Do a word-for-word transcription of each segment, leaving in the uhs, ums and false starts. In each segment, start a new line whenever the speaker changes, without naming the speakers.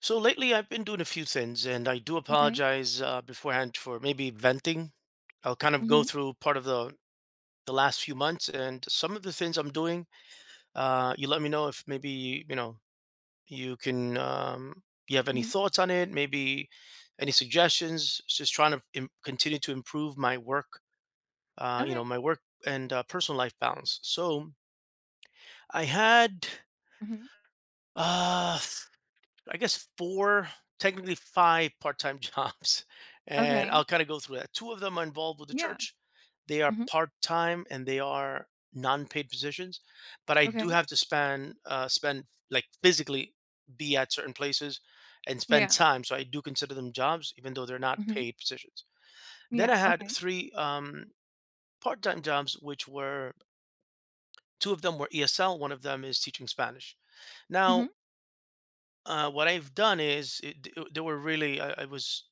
So lately, I've been doing a few things, and I do
Okay.
apologize uh, beforehand for maybe venting. I'll kind of go
Mhm.
through part of the the last few months and some of the things I'm doing. Uh, you let me know if maybe, you know you can, um, you have any
Mhm.
thoughts on it, maybe any suggestions. It's just trying to im- continue to improve my work, uh, you know,
Okay.
my work and uh, personal life balance. So I had.
Mhm.
Uh, I guess four, technically five part-time jobs, and
Okay.
I'll kind of go through that. Two of them are involved with the
Yeah.
church. They are
Mhm.
part-time and they are non-paid positions, but I do
Okay.
have to spend uh, spend like physically be at certain places and spend
Yeah.
time. So I do consider them jobs, even though they're not
Mhm.
paid positions. Then
Yeah.
I had
Okay.
three um, part-time jobs, which were two of them were E S L, one of them is teaching Spanish.
Mhm.
Now, uh, what I've done is it, th- there were really I, I was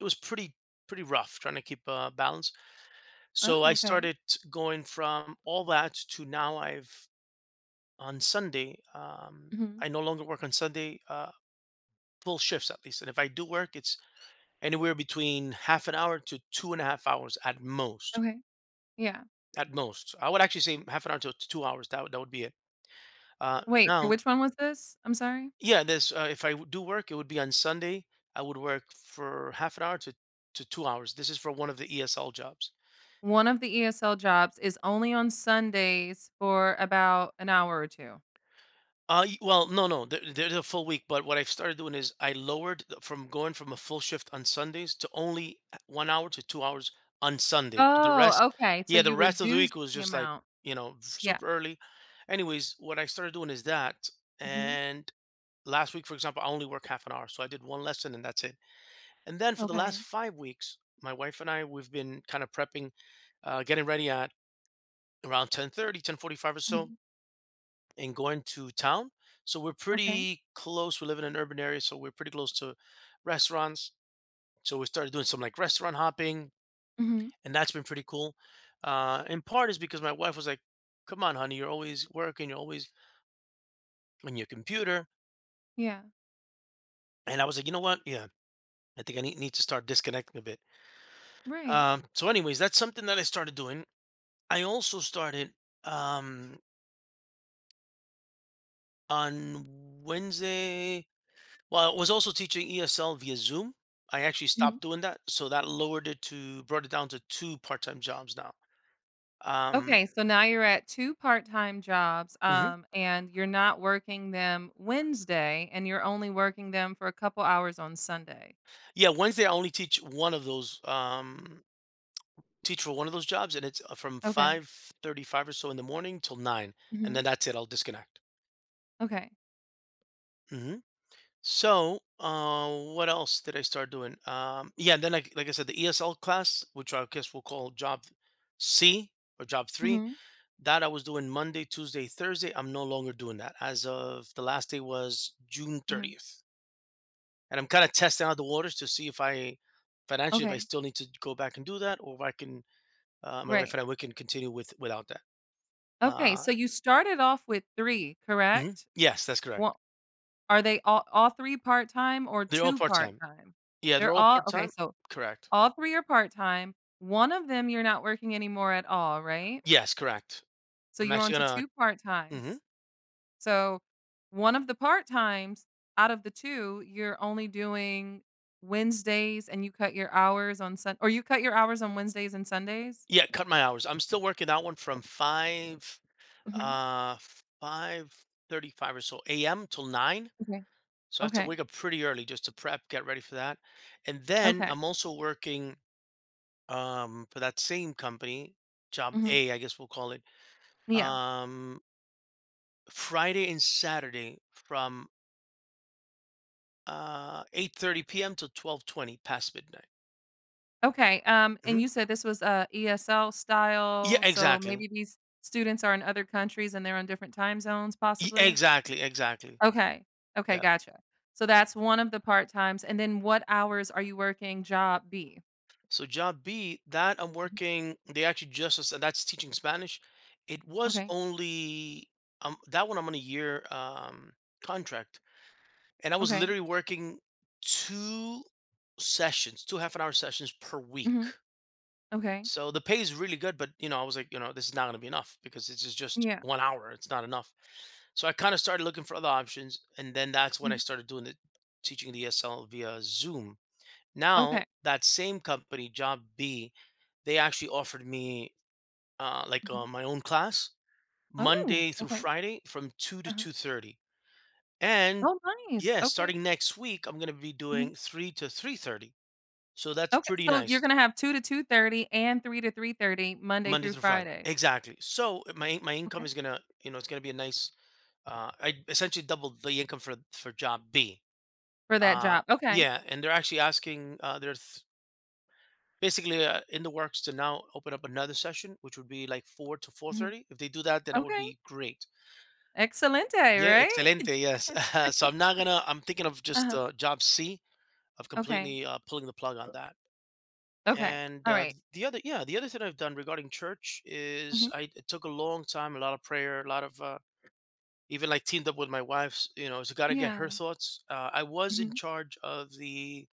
it was pretty pretty rough trying to keep uh, balance.
Oh,
So I
okay.
started going from all that to now I've on Sunday. Um,
Mhm.
I no longer work on Sunday uh, full shifts at least, and if I do work, it's anywhere between half an hour to two and a half hours at most.
Okay. Yeah.
At most, I would actually say half an hour to two hours. That would- that would be it. Uh,
Wait, for
now
which one was this? I'm sorry?
Yeah, this uh, if I w- do work, it would be on Sunday. I would work for half an hour to to two hours. This is for one of the E S L jobs.
One of the E S L jobs is only on Sundays for about an hour or two.
Uh, y- well, no, no, there, there's a full week. But what I've started doing is I lowered the- from going from a full shift on Sundays to only one hour to two hours on Sunday. But the rest,
Oh, okay. So
yeah, the
you
rest of the
reduced
week was
the
just like,
amount.
you know
Yeah.
super early. Anyways, what I started doing is that.
Mhm.
And last week, for example, I only work half an hour, so I did one lesson and that's it. And then for the last
Okay.
five weeks, my wife and I, we've been kind of prepping, uh, getting ready at around ten thirty, ten forty-five or so,
Mhm.
and going to town. So we're
Okay.
pretty close. We live in an urban area, so we're pretty close to restaurants. So we started doing some like restaurant hopping,
Mhm.
and that's been pretty cool. Uh, in part is because my wife was like, "Come on, honey, you're always working. You're always on your computer."
Yeah.
And I was like, "You know what? Yeah, I think I need, need to start disconnecting a bit."
Right.
Um, so, anyways, that's something that I started doing. I also started um, on Wednesday. Well, I was also teaching E S L via Zoom. I actually
Mhm.
stopped doing that, so that lowered it to brought it down to two part-time jobs now. Um,
Okay, so now you're at two part-time jobs,
mhm.
um, and you're not working them Wednesday, and you're only working them for a couple hours on Sunday.
Yeah, Wednesday I only teach one of those. Um, teach for one of those jobs, and it's uh, from
Okay.
five thirty-five or so in the morning till nine, and
Mhm.
then that's it. I'll disconnect.
Okay.
Mhm. So, uh, what else did I start doing? Um, yeah, then, like, like I said, the E S L class, which I guess we'll call job C or job three,
Mhm.
that I was doing Monday, Tuesday, Thursday. I'm no longer doing that as of the last day was June
Mhm.
30th, and I'm kind of testing out the waters to see if I financially if I
Okay.
still need to go back and do that, or if I can, uh, my wife
Right.
and I we can continue with without that.
Okay,
Uh,
so you started off with three,
mhm.
correct?
Yes, that's
Wha
correct.
Are they all all three part-time or
They're all
two
part time.
part-time?
Yeah, they're
They're
all
all
part
okay,
time.
so
Correct.
all three are part-time. One of them you're not working anymore at all, right?
Yes, correct.
So
I'm
you're on
actually
to
gonna.
two
Mhm.
part-times. So, one of the part-times out of the two, you're only doing Wednesdays and you cut your hours on Sun or you cut your hours on Wednesdays and Sundays?
Yeah, cut my hours. I'm still working that one from five,
Mhm.
uh, five thirty-five or so A M till nine.
Okay.
So I have to
Okay.
wake up pretty early just to prep, get ready for that. And then
Okay.
I'm also working um, for that same company, job
Mhm.
A, I guess we'll call it,
Yeah.
um, Friday and Saturday from uh, eight thirty p m till twelve twenty past midnight.
Okay, um, and
Mhm.
you said this was, uh, E S L
Yeah,
style, so
exactly.
maybe these students are in other countries and they're on different time zones
E-
possibly?
Exactly, exactly.
Okay. Okay,
Yeah.
gotcha. So that's one of the part-times, and then what hours are you working job B?
So job B, that I'm
Mhm.
working, they actually just as- that's teaching Spanish. It was
Okay.
only um that one I'm on a year um contract. And I was
Okay.
literally working two sessions, two half an hour sessions per week.
Mhm. Okay.
So the pay is really good, but, you know, I was like, you know, this is not gonna be enough because this is just
Yeah.
one hour, it's not enough. So I kind of started looking for other options, and then that's when I
Mhm.
started doing the teaching the E S L via Zoom. Now
Okay.
that same company, job B, they actually offered me uh, like uh,
Mhm.
my own class
Oh,
Monday through
okay.
Friday from two to
Uh-huh.
two thirty, and
Oh, nice.
yeah,
Okay.
starting next week I'm gonna be
Mhm.
doing three to three thirty. So that's
Okay.
pretty
So
nice.
you're
It's
gonna have two to two thirty and three to three thirty Monday
Monday
through
through Friday,
Friday.
exactly. So uh, my in- my income
Okay.
is gonna, you know it's gonna be a nice. Uh, I essentially doubled the income for for job B.
For that
Uh,
job. Okay.
yeah, and they're actually asking. Uh, they're th- basically, uh, in the works to now open up another session, which would be like four to four
Mhm.
thirty. If they do that, then that would
Okay.
be great.
Excelente,
Yeah,
right?
excelente. Yes. So I'm not gonna. I'm thinking of just,
Uh-huh.
uh, job C, of
Okay.
completely uh, pulling the plug on that.
Okay.
And
All
uh,
right.
th- the other, yeah, the other thing I've done regarding church is
Mhm.
I it took a long time, a lot of prayer, a lot of uh, even like teamed up with my wife's. You know, so got to get her
Yeah.
thoughts. Uh, I was in
Mhm.
charge of the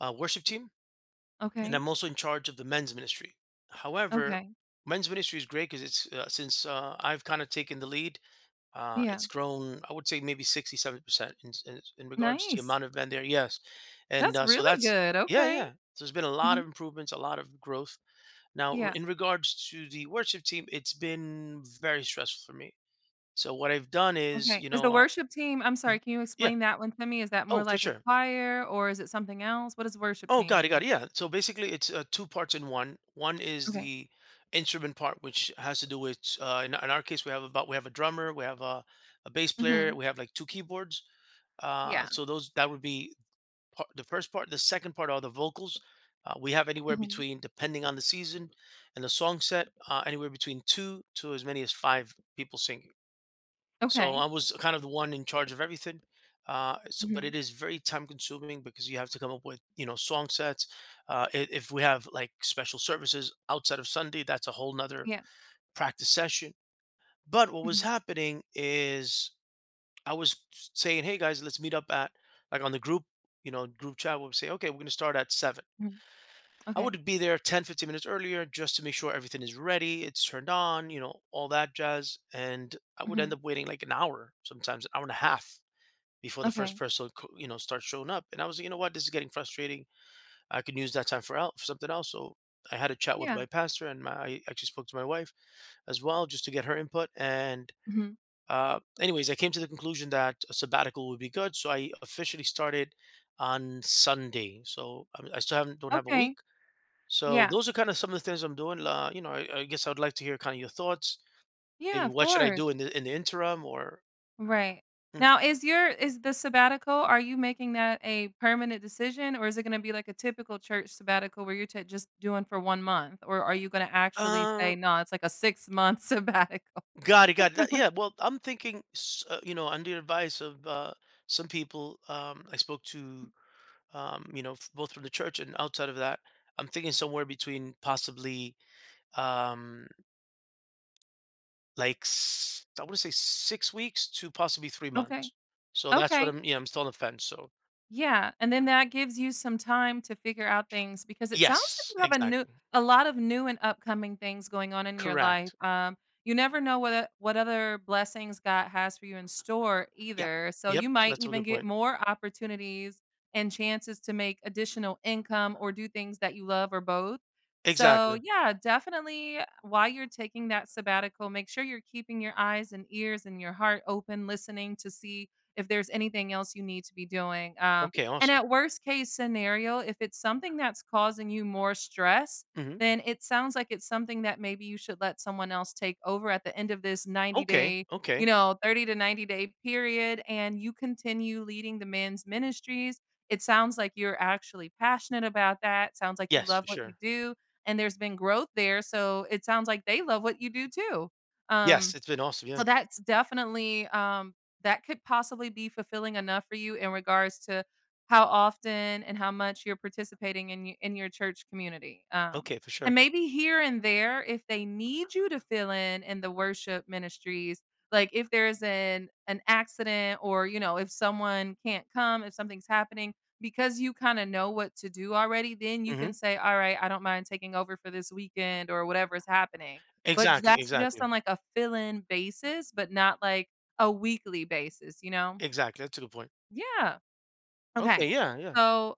uh, worship team, and
Okay.
I'm also in charge of the men's ministry. However,
Okay.
men's ministry is great because it's uh, since uh, I've kind of taken the lead, uh,
Yeah.
it's grown. I would say maybe sixty percent in, in in regards to the
Nice.
amount of men there. Yes, and
That's
uh, so
really
that's,
good.
yeah,
Okay.
yeah. So there's been a lot
Mhm.
of improvements, a lot of growth. Now, r-
Yeah.
in regards to the worship team, it's been very stressful for me. So what I've done is,
Okay.
you
Is
know,
the
uh,
worship team I'm sorry,
Mhm.
can you
Yeah,
explain that one to me? Is that more
oh, for
like a
sure.
choir, or is it something else? What does worship
Oh,
team
got it, got
mean?
it. Yeah. So basically, it's uh, two parts in one. One is
Okay.
the instrument part, which has to do with uh, in, in our case, we have about we have a drummer, we have a, a bass player,
Mhm.
we have like two keyboards. Uh,
Yeah.
so those that would be part, the first part. The second part are the vocals. Uh, we have anywhere
Mhm.
between, depending on the season and the song set, uh, anywhere between two to as many as five people singing. So
Okay.
I was kind of the one in charge of everything. Uh, so, but
Mhm.
it is very time consuming because you have to come up with, you know, song sets. Uh, i- if we have like special services outside of Sunday, that's a whole nother
Yeah.
practice session. But what was
Mhm.
happening is I was saying, hey guys, let's meet up at like on the group, you know, group chat. We'll say, okay, we're going to start at seven.
Mhm.
I
Okay.
would be there ten, fifteen minutes earlier just to make sure everything is ready, it's turned on, you know, all that jazz. And I would end
Mhm.
up waiting like an hour, sometimes an hour and a half before the first
Okay.
person, co- you know, starts showing up. And I was like, you know what, this is getting frustrating. I could use that time for out for something else. So I had a chat with
Yeah.
my pastor, and my I actually spoke to my wife as well just to get her input. And
Mhm.
uh, anyways, I came to the conclusion that a sabbatical would be good. So I officially started on Sunday. So I'm- I still haven't don't have a week.
Okay.
So
Yeah.
those are kind of some of the things I'm doing. Uh, you know, I, I guess I would like to hear kind of your thoughts.
Yeah,
Maybe
of
what should I
course.
do in the in the interim or.
Right. Now is your is the sabbatical are you making that a permanent decision, or is it gonna be like a typical church sabbatical where you're ta just doing for one month, or are you gonna actually say,
Mm.
"No, it's like a six-month sabbatical?"
Got it, got it. That- Yeah, well, I'm thinking, s- uh, you know, under the advice of uh, some people, um, I spoke to, um, you know, f- both from the church and outside of that, I'm thinking somewhere between possibly, um, like, s- I want to say six weeks to possibly three
Okay.
months. So that's what
Okay.
I'm. Yeah, I'm still on the fence. So
Yeah, and then that gives you some time to figure out things because it sounds like
yes,
you have a new
exactly,
a lot of new and upcoming things going on in your life.
correct.
Um, you never know what o- what other blessings God has for you in store
Yep,
either. So
yep.
you might
That's a
even
good
get
point.
more opportunities and chances to make additional income or do things that you love or both. So,
Exactly.
yeah, definitely while you're taking that sabbatical, make sure you're keeping your eyes and ears and your heart open listening to see if there's anything else you need to be doing. Um,
Okay,
and
awesome.
at worst case scenario, if it's something that's causing you more stress,
Hmm.
then it sounds like it's something that maybe you should let someone else take over at the end of this ninety
Okay,
day, you
okay.
know, thirty to ninety day period. And you continue leading the men's ministries. It sounds like you're actually passionate about that. Sounds like you
Yes,
love
for
what you
sure.
do. And there's been growth there. So it sounds like they love what you do too. Um,
Yes, it's been awesome. Yeah.
so that's definitely, um, that could possibly be fulfilling enough for you in regards to how often and how much you're participating in y in your church community. Um,
Okay, for
and
sure.
maybe here and there, if they need you to fill in in the worship ministries, like if there's an an accident or, you know, if someone can't come, if something's happening, because you kinda know what to do already, then you can
Hmm.
say, "Alright, I don't mind taking over for this weekend," or whatever is happening. But
Exactly,
that's just
exactly,
on, like, a fill-in basis, but not, like, a weekly basis, you know?
exactly, that's a good point.
Yeah. Okay.
Okay, yeah, yeah.
So,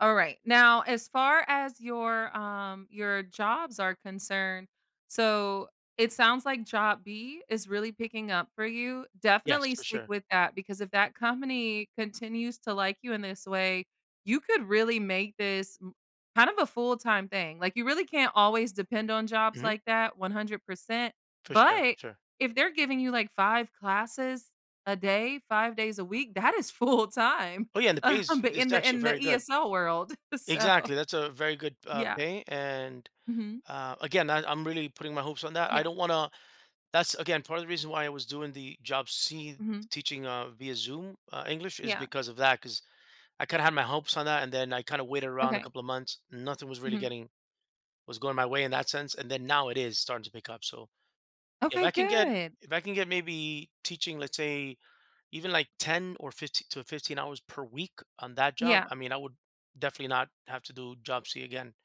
all right. Now, as far as your um your jobs are concerned, so it sounds like job B is really picking up for you.
Yes,
Definitely
for
stick
sure.
with that because if that company continues to like you in this way, you could really make this m- kind of a full-time thing. Like you really can't always depend on jobs
Mhm,
like that one hundred percent,
for sure, for
but
sure.
if they're giving you like five classes a day, five days a week, that is full time.
Oh, yeah, and the pay
Um,
is
but
is
in the
actually
in the
very good.
E S L world, so
Exactly, that's a very good, uh,
yeah.
pay, and,
Mhm.
uh, again, I I'm really putting my hopes on that. I
Yeah.
don't wanna. That's, again, part of the reason why I was doing the job C
Mhm.
teaching, uh, via Zoom, uh, English is
Yeah.
because of that. Because I kinda had my hopes on that, and then I kinda waited around a
Okay.
couple of months, nothing was really
Mhm.
getting was going my way in that sense, and then now it is starting to pick up. So If
Okay,
I can get
good.
if I can get maybe teaching, let's say, even like ten or fifteen to fifteen hours per week on that job,
Yeah.
I mean, I would definitely not have to do job C again.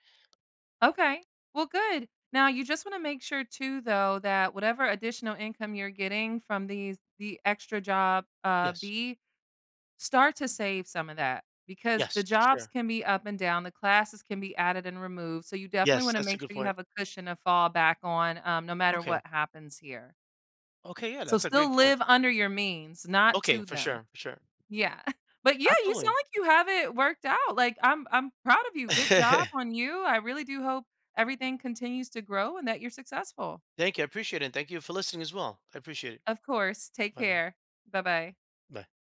Okay. Well, good. Now you just wanna make sure too, though, that whatever additional income you're getting from these the extra job, uh,
Yes.
B, start to save some of that because the
Yes, for
jobs
sure.
can be up and down, the classes can be added and removed, so you definitely
Yes,
wanna
that's a
make
good
sure you
point.
have a cushion to fall back on, um, no matter
Okay.
what happens here.
Okay, yeah,
So
that's a
still
great point.
live under your means, not
Okay,
to
for
them.
sure, for sure.
Yeah. But yeah, you sound
Absolutely.
like you have it worked out. Like, I'm I'm proud of you. Good job on you. I really do hope everything continues to grow and that you're successful.
Thank you. I appreciate it. And thank you for listening as well. I appreciate it.
Of course. Take
Bye-bye.
care. Bye-bye.
Bye. Bye.